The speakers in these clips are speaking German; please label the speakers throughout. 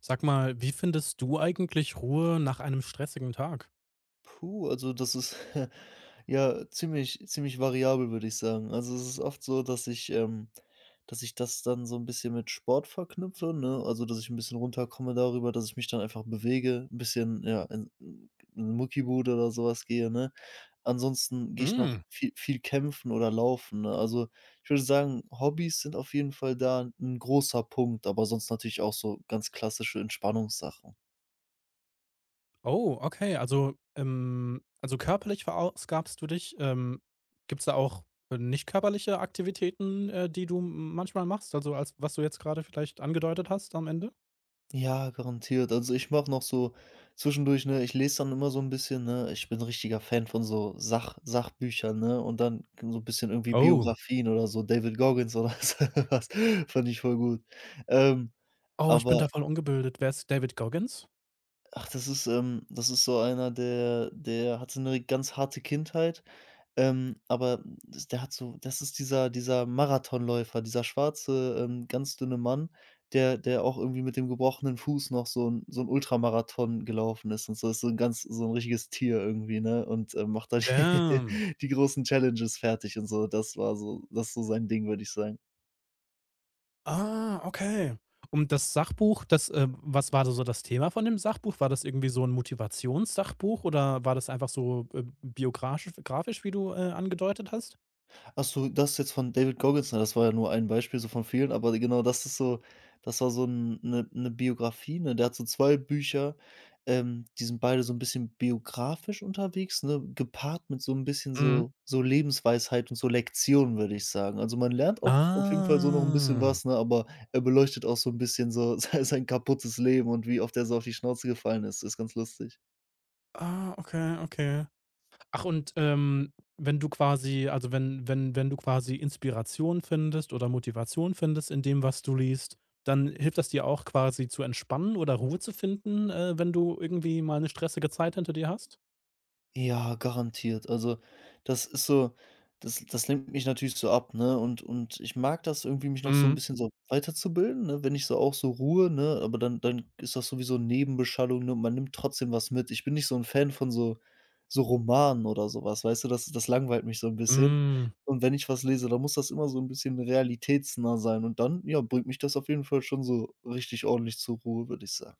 Speaker 1: Sag mal, wie findest du eigentlich Ruhe nach einem stressigen Tag?
Speaker 2: Puh, also das ist ja ziemlich variabel, würde ich sagen. Also, es ist oft so, dass ich das dann so ein bisschen mit Sport verknüpfe, ne? Also, dass ich ein bisschen runterkomme darüber, dass ich mich dann einfach bewege, ein bisschen, ja, in 'ne Muckibude oder sowas gehe, ne? Ansonsten gehe ich noch
Speaker 1: Hm.
Speaker 2: viel kämpfen oder laufen, ne? Also, ich würde sagen, Hobbys sind auf jeden Fall da ein großer Punkt, aber sonst natürlich auch so ganz klassische Entspannungssachen.
Speaker 1: Oh, okay. Also, körperlich verausgabst du dich. Gibt es da auch nicht körperliche Aktivitäten, die du manchmal machst? Also als was du jetzt gerade vielleicht angedeutet hast am Ende?
Speaker 2: Ja, garantiert. Also, ich mache noch so zwischendurch, ne, ich lese dann immer so ein bisschen, ne? Ich bin ein richtiger Fan von so Sachbüchern, ne? Und dann so ein bisschen irgendwie
Speaker 1: Oh.
Speaker 2: Biografien oder so, David Goggins oder so was. Fand ich voll gut. Ähm,
Speaker 1: Oh, ich bin
Speaker 2: aber
Speaker 1: da voll ungebildet. Wer ist David Goggins?
Speaker 2: Das ist das ist so einer, der hatte eine ganz harte Kindheit, aber das der hat so, das ist dieser Marathonläufer, dieser schwarze, ganz dünne Mann, der auch irgendwie mit dem gebrochenen Fuß noch so 'n Ultramarathon gelaufen ist und so. Ist so ein ganz, so ein richtiges Tier irgendwie, ne, und, macht da die
Speaker 1: Damn.
Speaker 2: die großen Challenges fertig und so. Das ist so sein Ding, würde ich sagen.
Speaker 1: Ah, okay. Und das Sachbuch, was war da so das Thema von dem Sachbuch? War das irgendwie so 'n Motivationssachbuch oder war das einfach so, biografisch grafisch, wie du, angedeutet hast?
Speaker 2: Ach so, das jetzt von David Goggins, ne, das war ja nur ein Beispiel so von vielen, aber genau, das ist so, das war so 'n 'ne 'ne Biografie, ne? Der hat so 2 Bücher, die sind beide so 'n bisschen biografisch unterwegs, ne, gepaart mit so 'n bisschen
Speaker 1: Mhm.
Speaker 2: so Lebensweisheit und so Lektionen, würde ich sagen. Also, man lernt auch auf jeden Fall so noch 'n bisschen
Speaker 1: Ah.
Speaker 2: was, ne, aber er beleuchtet auch so 'n bisschen so sein kaputtes Leben und wie oft er so auf die Schnauze gefallen ist. Ist ganz lustig.
Speaker 1: Ah, okay. Ach, und wenn du quasi also wenn du quasi Inspiration findest oder Motivation findest in dem, was du liest, dann hilft das dir auch quasi zu entspannen oder Ruhe zu finden, wenn du irgendwie mal eine stressige Zeit hinter dir hast?
Speaker 2: Ja, garantiert. Also, das ist so, das lenkt mich natürlich so ab, ne? Und ich mag das irgendwie, mich noch so ein
Speaker 1: Mhm.
Speaker 2: bisschen so weiterzubilden, ne? Wenn ich so auch so ruhe, ne? Aber dann ist das sowieso Nebenbeschallung, ne? Und man nimmt trotzdem was mit. Ich bin nicht so ein Fan von so Romanen oder sowas, weißt du? Das langweilt mich so ein bisschen.
Speaker 1: Hm.
Speaker 2: Und wenn ich was lese, dann muss das immer so ein bisschen realitätsnah sein und dann, ja, bringt mich das auf jeden Fall schon so richtig ordentlich zur Ruhe, würde ich sagen.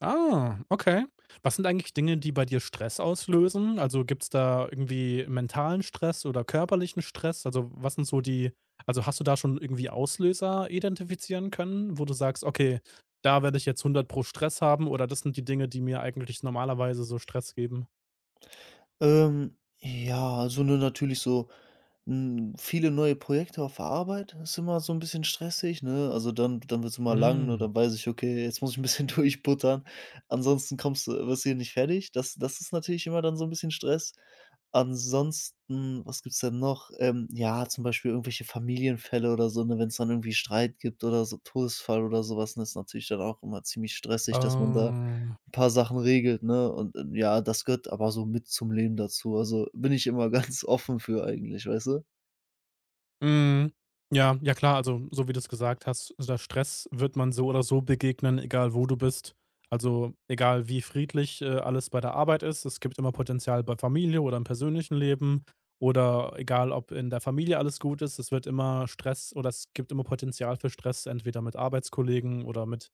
Speaker 1: Ah, okay. Was sind eigentlich Dinge, die bei dir Stress auslösen? Also, gibt's da irgendwie mentalen Stress oder körperlichen Stress? Also, was sind so die also, hast du da schon irgendwie Auslöser identifizieren können, wo du sagst: „Okay, da werde ich jetzt hundert pro Stress haben“ oder das sind die Dinge, die mir eigentlich normalerweise so Stress geben?
Speaker 2: Ja, also nur natürlich so, hm, viele neue Projekte auf der Arbeit ist immer so ein bisschen stressig, ne? Also dann wird es immer lang, ne?
Speaker 1: Mhm.
Speaker 2: Dann weiß ich: „Okay, jetzt muss ich ein bisschen durchbuttern, ansonsten kommst du, wirst du hier nicht fertig.“ Das ist natürlich immer dann so ein bisschen Stress. Ansonsten, was gibt's denn noch? Ja, zum Beispiel irgendwelche Familienfälle oder so, ne? Wenn es dann irgendwie Streit gibt oder so Todesfall oder sowas, ne, ist natürlich dann auch immer ziemlich stressig, dass man da
Speaker 1: Oh.
Speaker 2: ein Paar Sachen regelt, ne? Und, ja, das gehört aber so mit zum Leben dazu. Also, bin ich immer ganz offen für, eigentlich, weißt du?
Speaker 1: Mhm. Ja, ja klar, also so wie du es gesagt hast, also der Stress wird man so oder so begegnen, egal wo du bist. Also, egal wie friedlich, alles bei der Arbeit ist, es gibt immer Potenzial bei Familie oder im persönlichen Leben oder egal, ob in der Familie alles gut ist, es wird immer Stress oder es gibt immer Potenzial für Stress, entweder mit Arbeitskollegen oder mit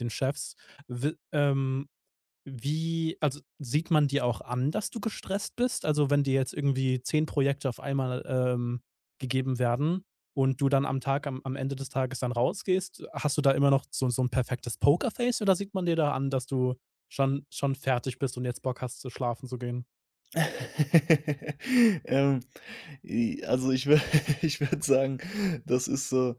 Speaker 1: den Chefs. Wi wie also, sieht man dir auch an, dass du gestresst bist? Also, wenn dir jetzt irgendwie 10 Projekte auf einmal, gegeben werden und du dann am Ende des Tages dann rausgehst, hast du da immer noch so so 'n perfektes Pokerface oder sieht man dir da an, dass du schon fertig bist und jetzt Bock hast, zu schlafen zu gehen?
Speaker 2: Ähm Ich würde, ich würde sagen, das ist so,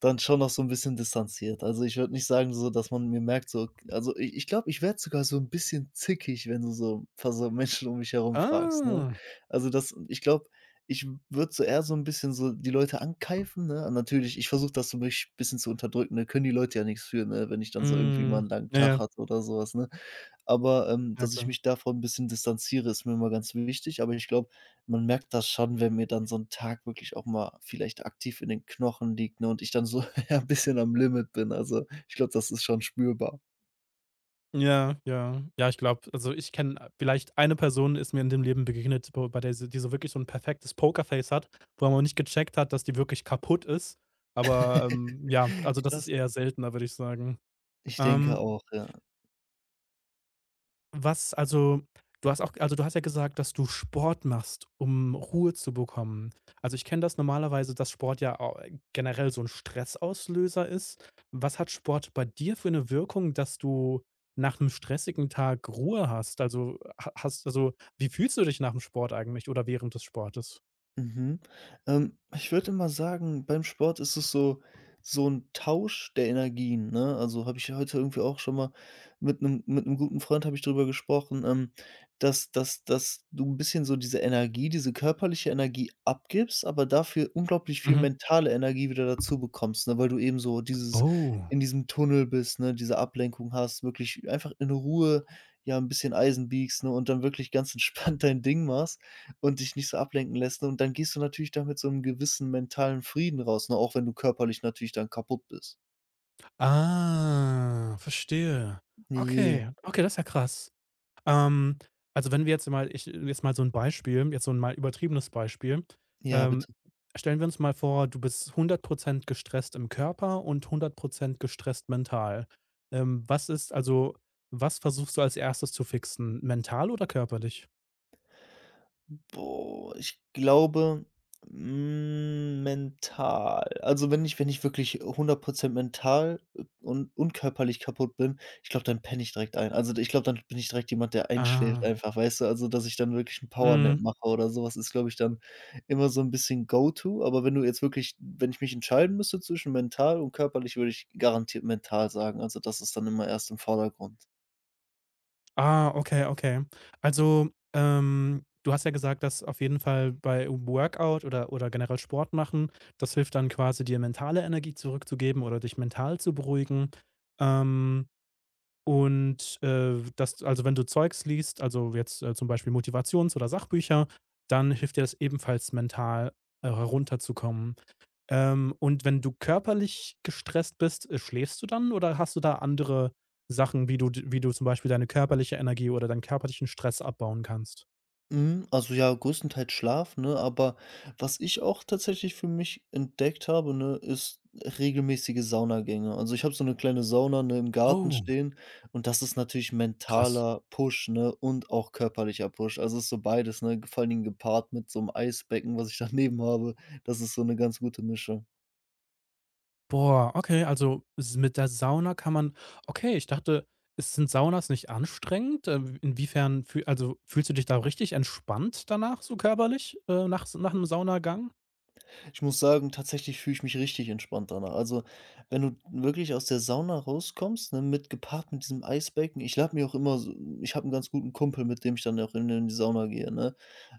Speaker 2: dann schon noch so ein bisschen distanziert. Also, ich würde nicht sagen so, dass man mir merkt so, also, i ich glaube, ich werde sogar so ein bisschen zickig, wenn du so paar so Menschen um mich herum fragst, ne?
Speaker 1: Ah.
Speaker 2: Also, das ich glaube, ich würde so eher so ein bisschen so die Leute ankeifen, ne? Und natürlich, ich versuche das so, mich ein bisschen zu unterdrücken, ne? Können die Leute ja nichts für, ne, wenn ich dann so irgendwie mal
Speaker 1: Mhm.
Speaker 2: einen langen
Speaker 1: Ja,
Speaker 2: Tag
Speaker 1: ja.
Speaker 2: hatte oder sowas, ne? Aber,
Speaker 1: Ja,
Speaker 2: dass ich
Speaker 1: klar.
Speaker 2: mich davon ein bisschen distanziere, ist mir immer ganz wichtig. Aber ich glaube, man merkt das schon, wenn mir dann so ein Tag wirklich auch mal vielleicht aktiv in den Knochen liegt, ne, und ich dann so, ja, 'n bisschen am Limit bin. Also, ich glaube, das ist schon spürbar.
Speaker 1: Ja, ja. Ja, ich glaube also, ich kenne vielleicht eine Person ist mir in dem Leben begegnet, bo bei der sie die so wirklich so ein perfektes Pokerface hat, wo man nicht gecheckt hat, dass die wirklich kaputt ist. Aber, ja, also, das ist
Speaker 2: Krass.
Speaker 1: eher seltener, würde ich sagen.
Speaker 2: Ich denke
Speaker 1: Ähm
Speaker 2: auch, ja.
Speaker 1: was also du hast auch du hast ja gesagt, dass du Sport machst, um Ruhe zu bekommen. Also, ich kenne das normalerweise, dass Sport ja au generell so ein Stressauslöser ist. Was hat Sport bei dir für eine Wirkung, dass du nach einem stressigen Tag Ruhe hast? Wie fühlst du dich nach dem Sport eigentlich oder während des Sportes?
Speaker 2: Mhm. Ich würde immer sagen, beim Sport ist es so, so ein Tausch der Energien, ne? Also, habe ich ja heute irgendwie auch schon mal mit 'nem guten Freund habe ich drüber gesprochen, dass du ein bisschen so diese Energie, diese körperliche Energie abgibst, aber dafür unglaublich viel
Speaker 1: Mhm.
Speaker 2: mentale Energie wieder dazu bekommst, ne, weil du eben so dieses,
Speaker 1: Oh.
Speaker 2: in diesem Tunnel bist, ne, diese Ablenkung hast, wirklich einfach in Ruhe, ja, 'n bisschen Eisen biegst, ne, und dann wirklich ganz entspannt dein Ding machst und dich nicht so ablenken lässt, ne? Und dann gehst du natürlich da mit so 'nem gewissen mentalen Frieden raus, ne, auch wenn du körperlich natürlich dann kaputt bist.
Speaker 1: Ah, verstehe.
Speaker 2: Ja,
Speaker 1: Okay, okay, das ist ja krass. Ähm, also, wenn wir jetzt mal ich jetzt mal so ein Beispiel jetzt so ein mal übertriebenes Beispiel.
Speaker 2: ja,
Speaker 1: Ähm,
Speaker 2: bitte.
Speaker 1: stellen wir uns mal vor, du bist 100% gestresst im Körper und 100% gestresst mental. Ähm, was ist also, was versuchst du als Erstes zu fixen? Mental oder körperlich?
Speaker 2: Boah, ich glaube, hm, mental. Also, wenn ich wirklich 100% mental, und körperlich kaputt bin, ich glaube, dann penne ich direkt ein. Also, ich glaube, dann bin ich direkt jemand, der einschläft
Speaker 1: Ah,
Speaker 2: einfach, weißt du? Also, dass ich dann wirklich 'n Power Nap
Speaker 1: mhm.
Speaker 2: mache oder sowas ist, glaube ich, dann immer so ein bisschen Go to. Aber wenn du jetzt wirklich wenn ich mich entscheiden müsste zwischen mental und körperlich, würde ich garantiert mental sagen. Also, das ist dann immer erst im Vordergrund.
Speaker 1: Ah, okay. Also, du hast ja gesagt, dass auf jeden Fall bei Workout oder generell Sport machen, das hilft dann quasi, dir mentale Energie zurückzugeben oder dich mental zu beruhigen. Ähm, und wenn du Zeugs liest, also jetzt, zum Beispiel Motivations oder Sachbücher, dann hilft dir das ebenfalls mental, herunterzukommen. Und wenn du körperlich gestresst bist, schläfst du dann oder hast du da andere Sachen, wie du zum Beispiel deine körperliche Energie oder deinen körperlichen Stress abbauen kannst?
Speaker 2: Mhm, also ja, größtenteils Schlaf, ne? Aber was ich auch tatsächlich für mich entdeckt habe, ne, ist regelmäßige Saunagänge. Also ich habe so eine kleine Sauna, ne, im Garten
Speaker 1: Oh,
Speaker 2: stehen, und das ist natürlich
Speaker 1: krass.
Speaker 2: mentaler Push, ne, und auch körperlicher Push. Also es ist so beides, ne, vor allen Dingen gepaart mit so einem Eisbecken, was ich daneben habe. Das ist so eine ganz gute Mischung.
Speaker 1: Boah, okay, also s mit der Sauna kann man okay, ich dachte, es sind Saunas nicht anstrengend? Fühlst du dich da richtig entspannt danach so körperlich, nach s nach einem Saunagang?
Speaker 2: Ich muss sagen, tatsächlich fühle ich mich richtig entspannt danach. Also, wenn du wirklich aus der Sauna rauskommst, ne, mit, gepaart mit diesem Eisbecken, ich lade mir auch immer so ich habe einen ganz guten Kumpel, mit dem ich dann auch in die Sauna gehe, ne?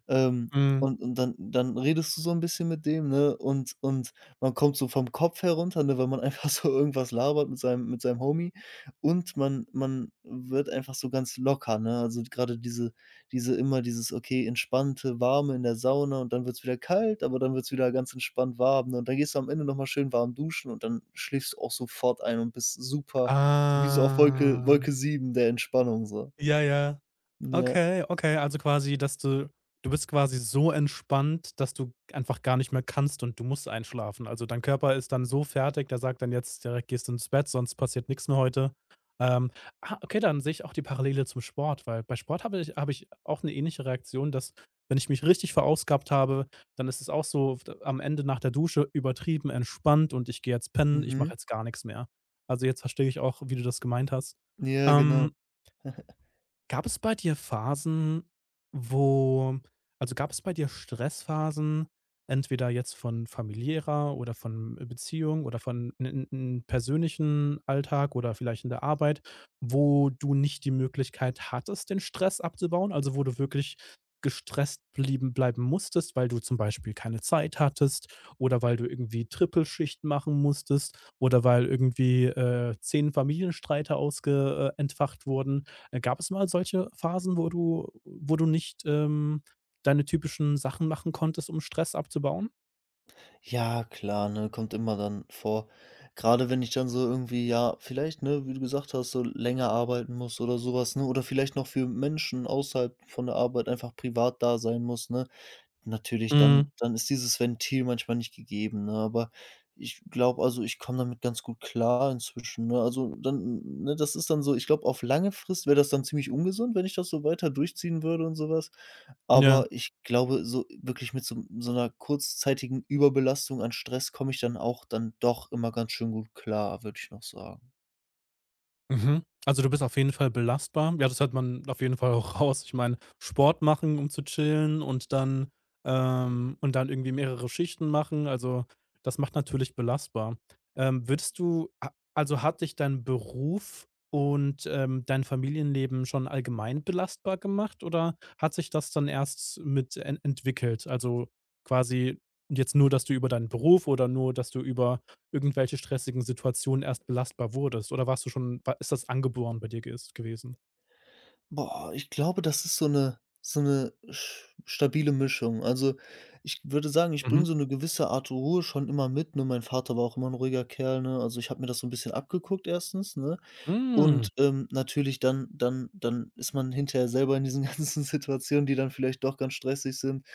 Speaker 2: Ähm,
Speaker 1: Mhm.
Speaker 2: und dann redest du so ein bisschen mit dem, ne, und man kommt so vom Kopf herunter, ne, weil man einfach so irgendwas labert mit seinem, mit seinem Homie, und man wird einfach so ganz locker, ne? Also, gerade dieses, okay, entspannte, warme in der Sauna und dann wird's wieder kalt, aber dann wird's wieder ganz entspannt warm, ne? Und dann gehst du am Ende noch mal schön warm duschen und dann schläfst du auch sofort ein und bist super, wie so auf Wolke
Speaker 1: Ah.
Speaker 2: Wolke 7 der Entspannung so.
Speaker 1: Ja, ja.
Speaker 2: Ja.
Speaker 1: Okay, okay, also quasi, dass du du bist quasi so entspannt, dass du einfach gar nicht mehr kannst und du musst einschlafen. Also, dein Körper ist dann so fertig, der sagt dann: „Jetzt direkt gehst du ins Bett, sonst passiert nichts mehr heute.“ Ähm, ah, okay, dann sehe ich auch die Parallele zum Sport, weil bei Sport habe ich auch eine ähnliche Reaktion, dass wenn ich mich richtig verausgabt habe, dann ist es auch so d am Ende nach der Dusche übertrieben entspannt und ich gehe jetzt pennen, ich mache
Speaker 2: Mhm.
Speaker 1: jetzt gar nichts mehr. Also, jetzt verstehe ich auch, wie du das gemeint hast.
Speaker 2: Ja, genau.
Speaker 1: Ähm Gab es bei dir Phasen, wo gab es bei dir Stressphasen, entweder jetzt von familiärer oder von Beziehung oder von 'n persönlichen Alltag oder vielleicht in der Arbeit, wo du nicht die Möglichkeit hattest, den Stress abzubauen? Also, wo du wirklich gestresst blieben bleiben musstest, weil du zum Beispiel keine Zeit hattest oder weil du irgendwie Trippelschicht machen musstest oder weil irgendwie, 10 Familienstreite ausge entfacht wurden. Gab es mal solche Phasen, wo du nicht, deine typischen Sachen machen konntest, um Stress abzubauen?
Speaker 2: Ja, klar, ne, kommt immer dann vor. Gerade wenn ich dann so irgendwie, ja, vielleicht, ne, wie du gesagt hast, so länger arbeiten muss oder sowas, ne, oder vielleicht noch für Menschen außerhalb von der Arbeit einfach privat da sein muss, ne? Natürlich, dann
Speaker 1: Mhm,
Speaker 2: dann ist dieses Ventil manchmal nicht gegeben, ne? Aber ich glaube, also, ich komme damit ganz gut klar inzwischen, ne? Also, dann, ne, das ist dann so, ich glaube, auf lange Frist wäre das dann ziemlich ungesund, wenn ich das so weiter durchziehen würde und sowas,
Speaker 1: ja.
Speaker 2: aber ich glaube, so wirklich mit so 'n so 'ner kurzzeitigen Überbelastung an Stress komme ich dann auch dann doch immer ganz schön gut klar, würde ich noch sagen.
Speaker 1: Mhm. Also, du bist auf jeden Fall belastbar. Ja, das hört man auf jeden Fall auch raus. Ich meine, Sport machen, um zu chillen und dann irgendwie mehrere Schichten machen. Also, das macht natürlich belastbar. Würdest du a also, hat dich dein Beruf und, dein Familienleben schon allgemein belastbar gemacht oder hat sich das dann erst mit en entwickelt? Also, quasi jetzt nur, dass du über deinen Beruf oder nur, dass du über irgendwelche stressigen Situationen erst belastbar wurdest oder warst du schon wa ist das angeboren bei dir ges gewesen?
Speaker 2: Boah, ich glaube, das ist so eine, so eine sch stabile Mischung. Also, ich würde sagen, ich
Speaker 1: Mhm.
Speaker 2: bringe so eine gewisse Art Ruhe schon immer mit, ne? Mein Vater war auch immer ein ruhiger Kerl, ne? Also, ich habe mir das so ein bisschen abgeguckt erstens, ne?
Speaker 1: Hm,
Speaker 2: Und, natürlich dann ist man hinterher selber in diesen ganzen Situationen, die dann vielleicht doch ganz stressig sind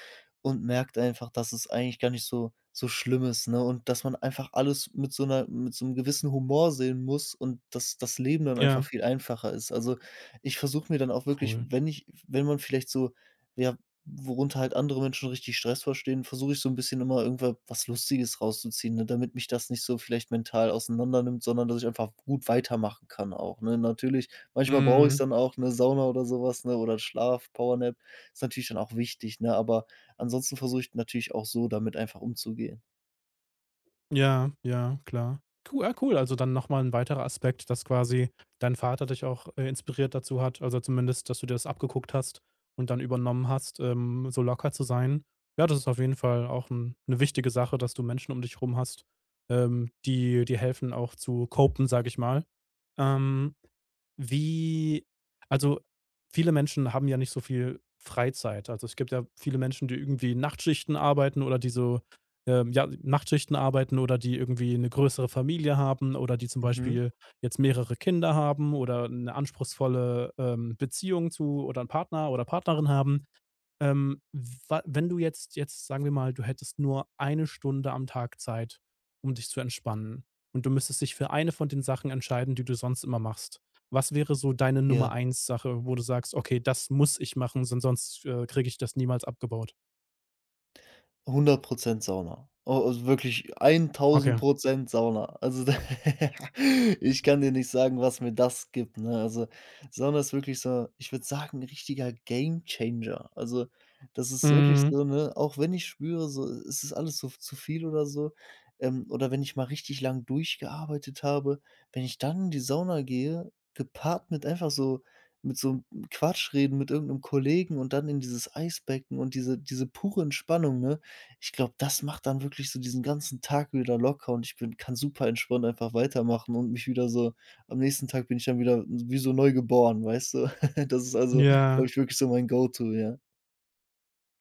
Speaker 2: und merkt einfach, dass es eigentlich gar nicht so schlimm ist, ne? Und dass man einfach alles mit so einer, mit so einem gewissen Humor sehen muss und dass das Leben dann
Speaker 1: ja,
Speaker 2: einfach viel einfacher ist. Also, ich versuche mir dann auch wirklich,
Speaker 1: cool.
Speaker 2: wenn man vielleicht so, ja, worunter halt andere Menschen richtig Stress verstehen, versuche ich so ein bisschen immer irgendwa was Lustiges rauszuziehen, ne, damit mich das nicht so vielleicht mental auseinandernimmt, sondern dass ich einfach gut weitermachen kann auch, ne? Natürlich, manchmal brauche ich's
Speaker 1: Mhm,
Speaker 2: dann auch, eine Sauna oder sowas, ne, oder Schlaf, Powernap ist natürlich dann auch wichtig, ne? Aber ansonsten versuche ich natürlich auch so damit einfach umzugehen.
Speaker 1: ja, ja, klar. Cool, also dann noch mal 'n weiterer Aspekt, dass quasi dein Vater dich auch, inspiriert dazu hat, also zumindest, dass du dir das abgeguckt hast und dann übernommen hast, so locker zu sein. Ja, das ist auf jeden Fall auch 'n 'ne wichtige Sache, dass du Menschen um dich herum hast, die dir helfen, auch zu copen, sage ich mal. Ähm Wie also, viele Menschen haben ja nicht so viel Freizeit. Also, es gibt ja viele Menschen, die irgendwie Nachtschichten arbeiten oder die so, ja, Nachtschichten arbeiten oder die irgendwie eine größere Familie haben oder die zum
Speaker 2: Mhm.
Speaker 1: Beispiel jetzt mehrere Kinder haben oder eine anspruchsvolle, Beziehung zu oder einen Partner oder Partnerin haben. Ähm, wa wenn du jetzt jetzt sagen wir mal, du hättest nur eine Stunde am Tag Zeit, um dich zu entspannen und du müsstest dich für eine von den Sachen entscheiden, die du sonst immer machst. Was wäre so deine Nummer
Speaker 2: Ja.
Speaker 1: eins Sache, wo du sagst: „Okay, das muss ich machen, sonst, kriege ich das niemals abgebaut?“
Speaker 2: 100 Sauna. A Also wirklich
Speaker 1: Okay.
Speaker 2: 1000 Sauna. Also da ich kann dir nicht sagen, was mir das gibt, ne? Also, Sauna ist wirklich so, ich würde sagen, 'n richtiger Gamechanger. Also, das ist wirklich
Speaker 1: Mhm.
Speaker 2: so, ne, auch wenn ich spüre, so, es ist alles so zu viel oder so, oder wenn ich mal richtig lang durchgearbeitet habe, wenn ich dann in die Sauna gehe, gepaart mit einfach so, mit so Quatschreden mit irgend 'nem Kollegen und dann in dieses Eisbecken und diese pure Entspannung, ne? Ich glaube, das macht dann wirklich so diesen ganzen Tag wieder locker und ich bin, kann super entspannt einfach weitermachen und mich wieder so, am nächsten Tag bin ich dann wieder wie so neu geboren, weißt du? Das ist also, glaube
Speaker 1: Ja.
Speaker 2: ich, wirklich so mein Go-to, ja.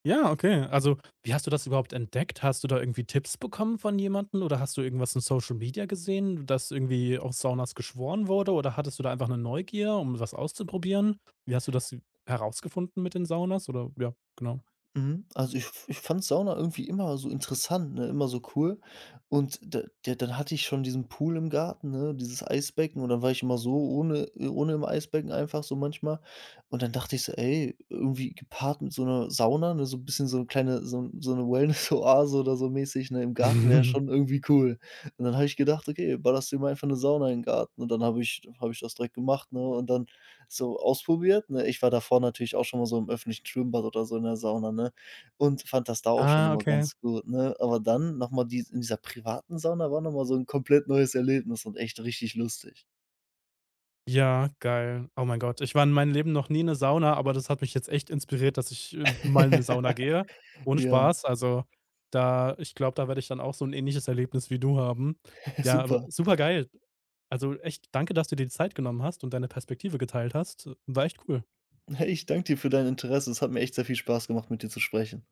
Speaker 1: Ja, okay. Also, wie hast du das überhaupt entdeckt? Hast du da irgendwie Tipps bekommen von jemandem oder hast du irgendwas in Social Media gesehen, dass irgendwie auf Saunas geschworen wurde oder hattest du da einfach eine Neugier, um was auszuprobieren? Wie hast du das herausgefunden mit den Saunas oder ja, genau?
Speaker 2: Mhm. Also, ich fand Sauna irgendwie immer so interessant, ne, immer so cool. Und da dann hatte ich schon diesen Pool im Garten, ne, dieses Eisbecken, und dann war ich immer so ohne, ohne, im Eisbecken einfach so manchmal. Und dann dachte ich so: „Ey, irgendwie gepaart mit so einer Sauna, ne, so ein bisschen so 'ne kleine, so 'n so eine Wellness-Oase oder so mäßig, ne, im Garten wäre schon irgendwie cool.“ Und dann habe ich gedacht: „Okay, ballerst dir mal einfach eine Sauna in den Garten.“ Und dann habe ich das direkt gemacht, ne? Und dann so ausprobiert, ne? Ich war davor natürlich auch schon mal so im öffentlichen Schwimmbad oder so in der Sauna, ne? Und fand das da auch schon
Speaker 1: Ah,
Speaker 2: immer
Speaker 1: okay.
Speaker 2: ganz gut, ne? Aber dann noch mal dies, in dieser privaten Sauna war noch mal so ein komplett neues Erlebnis und echt richtig lustig.
Speaker 1: Ja, geil. Oh mein Gott. Ich war in meinem Leben noch nie in 'ne Sauna, aber das hat mich jetzt echt inspiriert, dass ich, mal in 'ne Sauna gehe. Ohne
Speaker 2: Ja,
Speaker 1: Spaß. Also, da ich glaube, da werde ich dann auch so 'n ähnliches Erlebnis wie du haben. Ja,
Speaker 2: super.
Speaker 1: aber supergeil. Also, echt danke, dass du dir die Zeit genommen hast und deine Perspektive geteilt hast. War echt cool.
Speaker 2: Hey, ich danke dir für dein Interesse. Es hat mir echt sehr viel Spaß gemacht, mit dir zu sprechen.